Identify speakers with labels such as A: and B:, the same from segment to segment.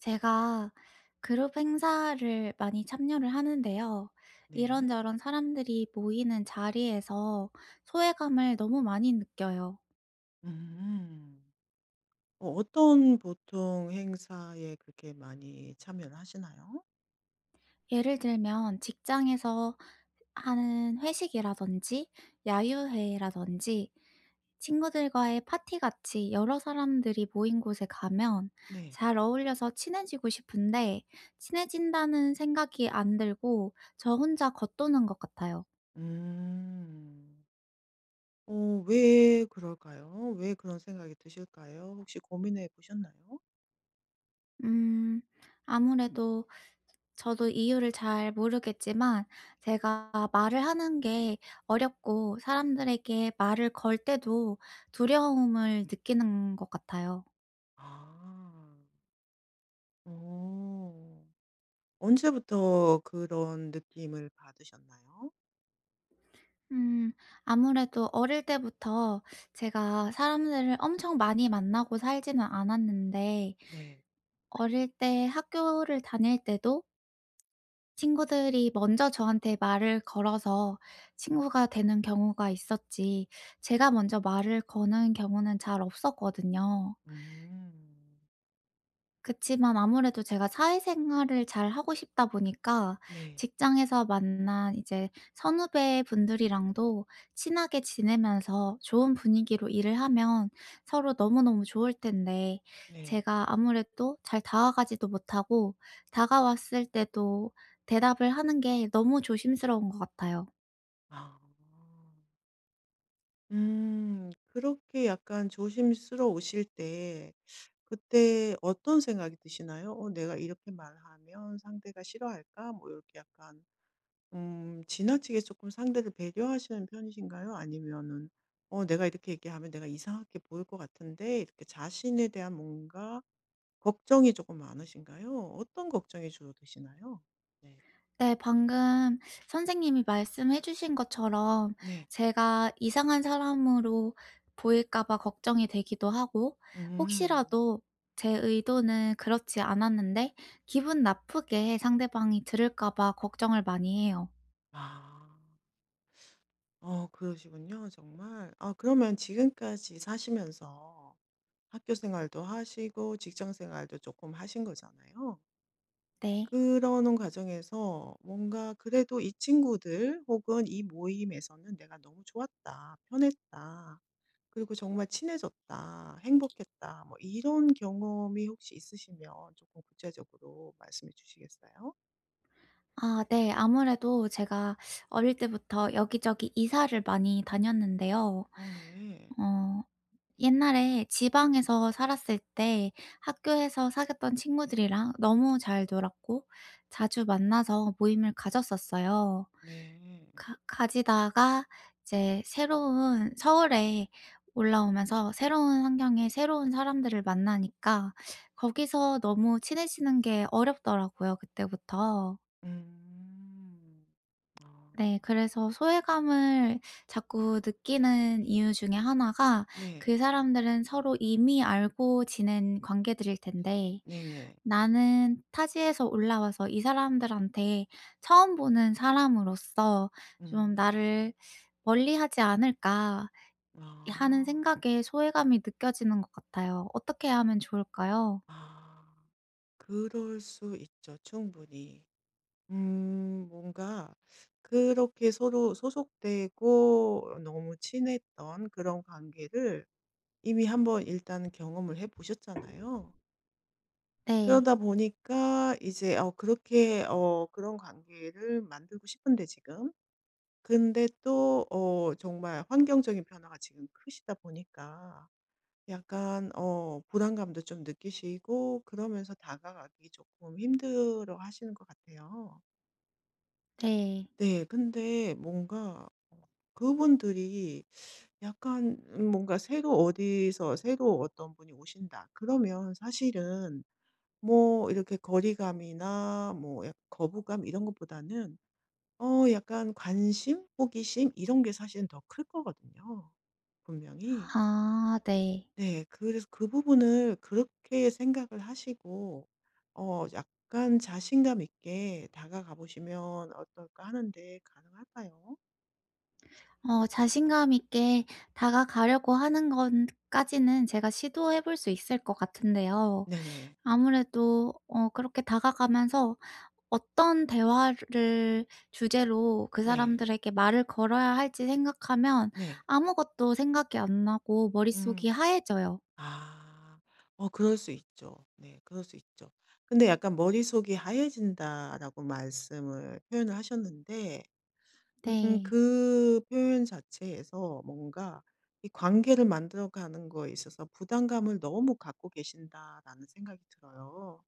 A: 제가 그룹 행사를 많이 참여를 하는데요.
B: 네.
A: 이런저런 사람들이 모이는 자리에서 소외감을 너무 많이 느껴요.
B: 음. 어떤 보통 행사에 그렇게 많이 참여를 하시나요?
A: 예를 들면 직장에서 하는 회식이라든지 야유회라든지 친구들과의 파티 같이 여러 사람들이 모인 곳에 가면
B: 네.
A: 잘 어울려서 친해지고 싶은데 친해진다는 생각이 안 들고 저 혼자 겉도는 것 같아요.
B: 음. 왜 그럴까요? 왜 그런 생각이 드실까요? 혹시 고민해 보셨나요?
A: 음. 아무래도 저도 이유를 잘 모르겠지만 제가 말을 하는 게 어렵고 사람들에게 말을 걸 때도 두려움을 느끼는 것 같아요.
B: 아. 어. 언제부터 그런 느낌을 받으셨나요?
A: 음. 아무래도 어릴 때부터 제가 사람들을 엄청 많이 만나고 살지는 않았는데
B: 네.
A: 어릴 때 학교를 다닐 때도 친구들이 먼저 저한테 말을 걸어서 친구가 되는 경우가 있었지, 제가 먼저 말을 거는 경우는 잘 없었거든요.
B: 음.
A: 그치만 아무래도 제가 사회생활을 잘 하고 싶다 보니까
B: 네.
A: 직장에서 만난 이제 선후배분들이랑도 친하게 지내면서 좋은 분위기로 일을 하면 서로 너무너무 좋을 텐데
B: 네.
A: 제가 아무래도 잘 다가가지도 못하고 다가왔을 때도 대답을 하는 게 너무 조심스러운 것 같아요.
B: 아. 음. 그렇게 약간 조심스러우실 때 그때 어떤 생각이 드시나요? '어 내가 이렇게 말하면 상대가 싫어할까?' 뭐 이렇게 약간 지나치게 조금 상대를 배려하시는 편이신가요? 아니면은 '어 내가 이렇게 얘기하면 내가 이상하게 보일 것 같은데.' 이렇게 자신에 대한 뭔가 걱정이 조금 많으신가요? 어떤 걱정이 주로 되시나요? 네.
A: 네. 방금 선생님이 말씀해 주신 것처럼
B: 네.
A: 제가 이상한 사람으로 보일까 봐 걱정이 되기도 하고
B: 음.
A: 혹시라도 제 의도는 그렇지 않았는데 기분 나쁘게 상대방이 들을까 봐 걱정을 많이 해요.
B: 아. 그러시군요 정말. 아 그러면 지금까지 사시면서 학교 생활도 하시고 직장 생활도 조금 하신 거잖아요.
A: 네.
B: 그러는 과정에서 뭔가 그래도 이 친구들 혹은 이 모임에서는 '내가 너무 좋았다. 편했다. 그리고 정말 친해졌다. 행복했다.' 뭐 이런 경험이 혹시 있으시면 조금 구체적으로 말씀해 주시겠어요?
A: 아 네. 아무래도 제가 어릴 때부터 여기저기 이사를 많이 다녔는데요.
B: 어 네.
A: 어 옛날에 지방에서 살았을 때 학교에서 사귀었던 친구들이랑 너무 잘 놀았고 자주 만나서 모임을 가졌었어요.
B: 네.
A: 가 가지다가 이제 새로운 서울에 올라오면서 새로운 환경에 새로운 사람들을 만나니까 거기서 너무 친해지는 게 어렵더라고요 그때부터.
B: 음. 아.
A: 네. 그래서 소외감을 자꾸 느끼는 이유 중에 하나가
B: 네.
A: 그 사람들은 서로 이미 알고 지낸 관계들일 텐데
B: 네네.
A: 나는 타지에서 올라와서 이 사람들한테 처음 보는 사람으로서 좀
B: 음.
A: '나를 멀리하지 않을까.' 하는
B: 아.
A: 생각에 소외감이 느껴지는 것 같아요. 어떻게 하면 좋을까요?
B: 아. 그럴 수 있죠, 충분히. 뭔가 그렇게 서로 소속되고 너무 친했던 그런 관계를 이미 한번 일단 경험을 해 보셨잖아요.
A: 네.
B: 그러다 보니까 이제 그렇게 그런 관계를 만들고 싶은데 지금 근데 또 정말 환경적인 변화가 지금 크시다 보니까 약간 부담감도 좀 느끼시고 그러면서 다가가기 조금 힘들어하시는 것 같아요.
A: 네.
B: 네. 근데 뭔가 그분들이 약간 뭔가 새로 어디서 새로 어떤 분이 오신다 그러면 사실은 뭐 이렇게 거리감이나 뭐 약 거부감 이런 것보다는 약간 관심, 호기심 이런 게 사실은 더 클 거거든요 분명히.
A: 아 네.
B: 네. 그래서 그 부분을 그렇게 생각을 하시고 약간 자신감 있게 다가가 보시면 어떨까 하는데 가능할까요?
A: 어 자신감 있게 다가가려고 하는 것까지는 제가 시도해 볼 수 있을 것 같은데요.
B: 네네.
A: 아무래도 그렇게 다가가면서 어떤 대화를 주제로 그
B: 네.
A: 사람들에게 말을 걸어야 할지 생각하면
B: 네.
A: 아무것도 생각이 안 나고 머릿속이
B: 음.
A: 하얘져요.
B: 아. 그럴 수 있죠. 네. 그럴 수 있죠. 근데 약간 "머릿속이 하얘진다."라고 말씀을 표현을 하셨는데
A: 네.
B: 그 표현 자체에서 뭔가 이 관계를 만들어 가는 거에 있어서 부담감을 너무 갖고 계신다라는 생각이 들어요.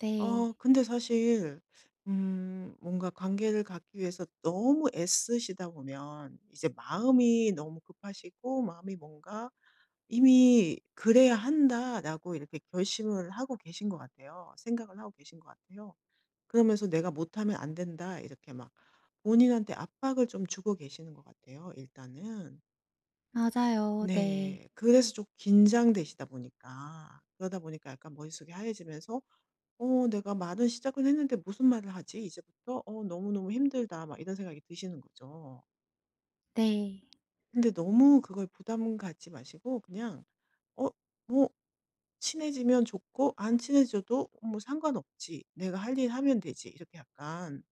A: 네.
B: 근데 사실 뭔가 관계를 갖기 위해서 너무 애쓰시다 보면 이제 마음이 너무 급하시고 마음이 뭔가 이미 '그래야 한다.'라고 이렇게 결심을 하고 계신 것 같아요. 생각을 하고 계신 것 같아요. 그러면서 "내가 못하면 안 된다." 이렇게 막 본인한테 압박을 좀 주고 계시는 것 같아요 일단은.
A: 맞아요. 네.
B: 네. 그래서 좀 긴장되시다 보니까 그러다 보니까 약간 머릿속이 하얘지면서 '어 내가 말은 시작은 했는데 무슨 말을 하지 이제부터? 어 너무너무 힘들다.' 막 이런 생각이 드시는 거죠.
A: 네.
B: 근데 너무 그걸 부담 갖지 마시고 그냥 어 뭐 친해지면 좋고 안 친해져도 뭐 상관없지. 내가 할 일 하면 되지. 이렇게 약간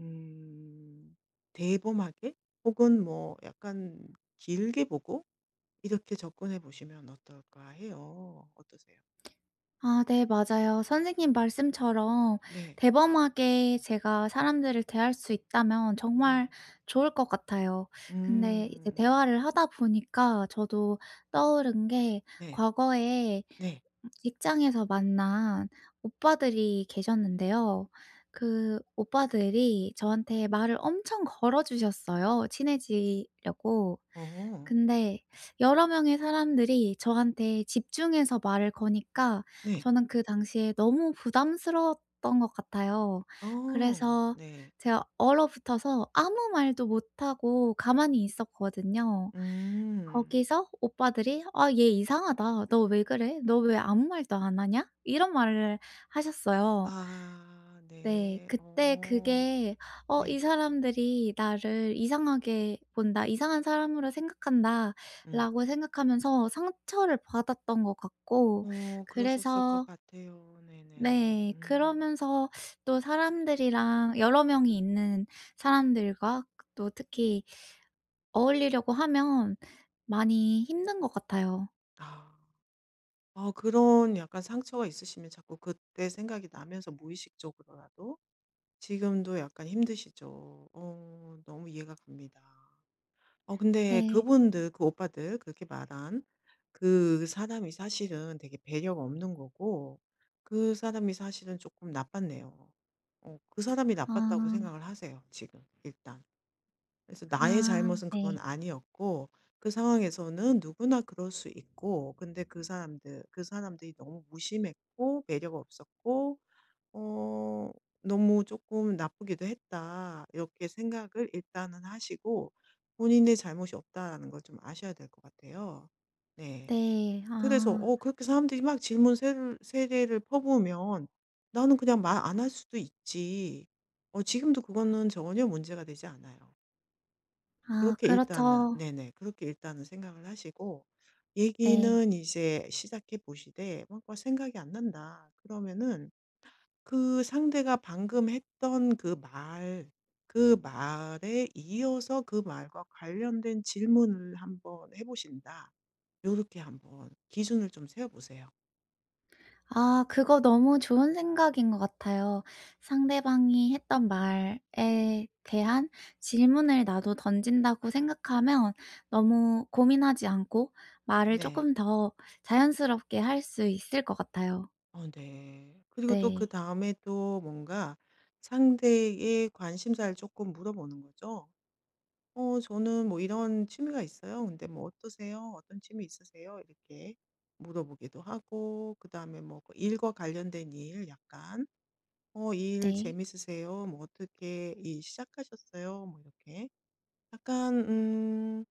B: 음 대범하게 혹은 뭐 약간 길게 보고 이렇게 접근해 보시면 어떨까 해요. 어떠세요?
A: 아 네 맞아요. 선생님 말씀처럼
B: 네.
A: 대범하게 제가 사람들을 대할 수 있다면 정말
B: 네.
A: 좋을 것 같아요. 근데 이제
B: 음.
A: 대화를 하다 보니까 저도 떠오른 게
B: 네.
A: 과거에
B: 네.
A: 직장에서 만난 오빠들이 계셨는데요. 그 오빠들이 저한테 말을 엄청 걸어 주셨어요 친해지려고.
B: 어.
A: 근데 여러 명의 사람들이 저한테 집중해서 말을 거니까
B: 네.
A: 저는 그 당시에 너무 부담스러웠던 것 같아요.
B: 어.
A: 그래서
B: 네.
A: 제가 얼어붙어서 아무 말도 못하고 가만히 있었거든요.
B: 음.
A: 거기서 오빠들이 "아 얘 이상하다. 너 왜 그래? 너 왜 아무 말도 안 하냐?" 이런 말을 하셨어요.
B: 아
A: 네.
B: 네.
A: 그때
B: 어.
A: 그게 '어 이
B: 네.
A: 사람들이 나를 이상하게 본다. 이상한 사람으로
B: 음.
A: 생각한다.'라고 생각하면서 상처를 받았던 것 같고
B: 그러셨을 것
A: 그래서
B: 같아요. 네네.
A: 네
B: 음.
A: 그러면서 또 사람들이랑 여러 명이 있는 사람들과 또 특히 어울리려고 하면 많이 힘든 것 같아요.
B: 아. 아 그런 약간 상처가 있으시면 자꾸 그때 생각이 나면서 무의식적으로라도 지금도 약간 힘드시죠. 너무 이해가 갑니다. 근데
A: 네.
B: 그분들 그 오빠들 그렇게 말한 그 사람이 사실은 되게 배려가 없는 거고 그 사람이 사실은 조금 나빴네요. 그 사람이 나빴다고
A: 아.
B: 생각을 하세요 지금 일단. 그래서 나의
A: 아
B: 잘못은 그건
A: 네.
B: 아니었고 그 상황에서는 누구나 그럴 수 있고 근데 그 사람들 그 사람들이 너무 무심했고 배려가 없었고 어 너무 조금 나쁘기도 했다 이렇게 생각을 일단은 하시고 본인의 잘못이 없다라는 걸 좀 아셔야 될 것 같아요. 네.
A: 네.
B: 그래서
A: 아.
B: 그렇게 사람들이 막 질문 세례를 퍼부으면 나는 그냥 말 안 할 수도 있지. 지금도 그거는 전혀 문제가 되지 않아요.
A: 아
B: 그렇게 일단은
A: 그렇죠.
B: 네네. 그렇게 일단은 생각을 하시고
A: 네.
B: 얘기는 이제 시작해 보시되 뭔가 생각이 안 난다. 그러면은 그 상대가 방금 했던 그 말, 그 말에 이어서 그 말과 관련된 질문을 한번 해 보신다. 요렇게 한번 기준을 좀 세워 보세요.
A: 아 그거 너무 좋은 생각인 것 같아요. 상대방이 했던 말에 대한 질문을 나도 던진다고 생각하면 너무 고민하지 않고 말을
B: 네.
A: 조금 더 자연스럽게 할 수 있을 것 같아요.
B: 어 네. 그리고 또
A: 네.
B: 그다음에 또 뭔가 상대의 관심사를 조금 물어보는 거죠. 저는 뭐 "이런 취미가 있어요. 근데 뭐 어떠세요? 어떤 취미 있으세요?" 이렇게 물어보기도 하고 그다음에 뭐그 다음에 뭐그 일과 관련된 일 약간 "어 이 일
A: 네.
B: 재밌으세요? 뭐 어떻게 일 시작하셨어요?" 뭐 이렇게 약간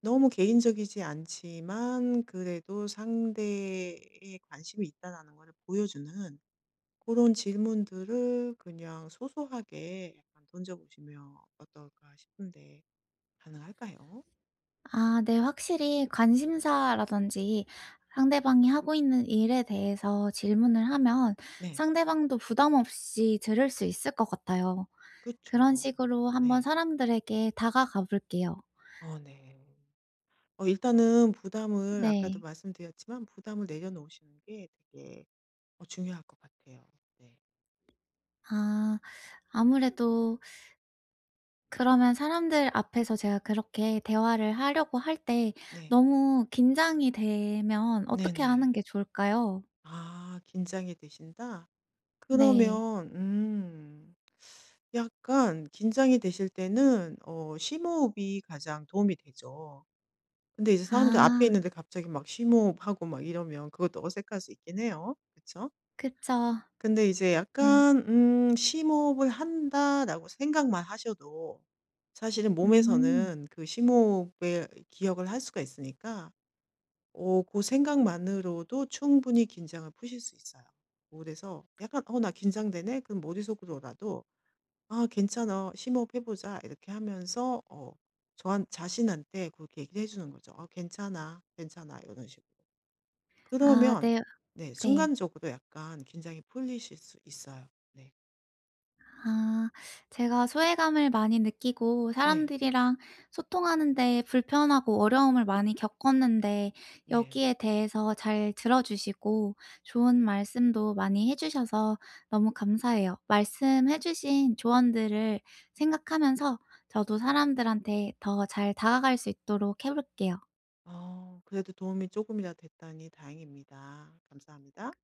B: 너무 개인적이지 않지만 그래도 상대에 관심이 있다라는 걸 보여주는 그런 질문들을 그냥 소소하게 약간 던져 보시면 어떨까 싶은데 가능할까요?
A: 아 네. 확실히 관심사라든지 상대방이 하고 있는 일에 대해서 질문을 하면
B: 네.
A: 상대방도 부담 없이 들을 수 있을 것 같아요. 그런
B: 그쵸.
A: 식으로 한번
B: 네.
A: 사람들에게 다가가 볼게요.
B: 어 네. 일단은 부담을 아까도
A: 네.
B: 말씀드렸지만 부담을 내려놓으시는 게 되게 중요할 것 같아요. 네.
A: 아 아무래도 그러면 사람들 앞에서 제가 그렇게 대화를 하려고 할 때
B: 네.
A: 너무 긴장이 되면 어떻게 하는
B: 네네.
A: 게 좋을까요?
B: 아 긴장이 되신다?
A: 네.
B: 그러면 약간 긴장이 되실 때는 심호흡이 가장 도움이 되죠. 근데 이제 사람들 앞에
A: 아
B: 있는데 갑자기 막 심호흡하고 막 이러면 그것도 어색할 수 있긴 해요. 그쵸?
A: 그쵸.
B: 근데 이제
A: 네.
B: 약간 '심호흡을 한다.'라고 생각만 하셔도 사실은
A: 음.
B: 몸에서는 그 심호흡의 기억을 할 수가 있으니까 그 생각만으로도 충분히 긴장을 푸실 수 있어요. 그래서 약간 '어 나 긴장되네.' 그럼 머릿속으로라도 '아 괜찮아. 심호흡해 보자.' 이렇게 하면서 저한 자신한테 그렇게 얘기를 해 주는 거죠. "아 괜찮아. 괜찮아." 이런 식으로.
A: 아
B: 그러면
A: 네.
B: 네
A: 네.
B: 순간적으로 약간 긴장이 풀리실 수 있어요. 네.
A: 아. 제가 소외감을 많이 느끼고
B: 네.
A: 사람들이랑 소통하는 데 불편하고 어려움을 많이 겪었는데
B: 네.
A: 여기에 대해서 잘 들어 주시고 좋은 말씀도 많이 해 주셔서 너무 감사해요. 말씀해 주신 조언들을 생각하면서 저도 사람들한테 더 잘 다가갈 수 있도록 해 볼게요.
B: 그래도 도움이 조금이라도 됐다니 다행입니다. 감사합니다.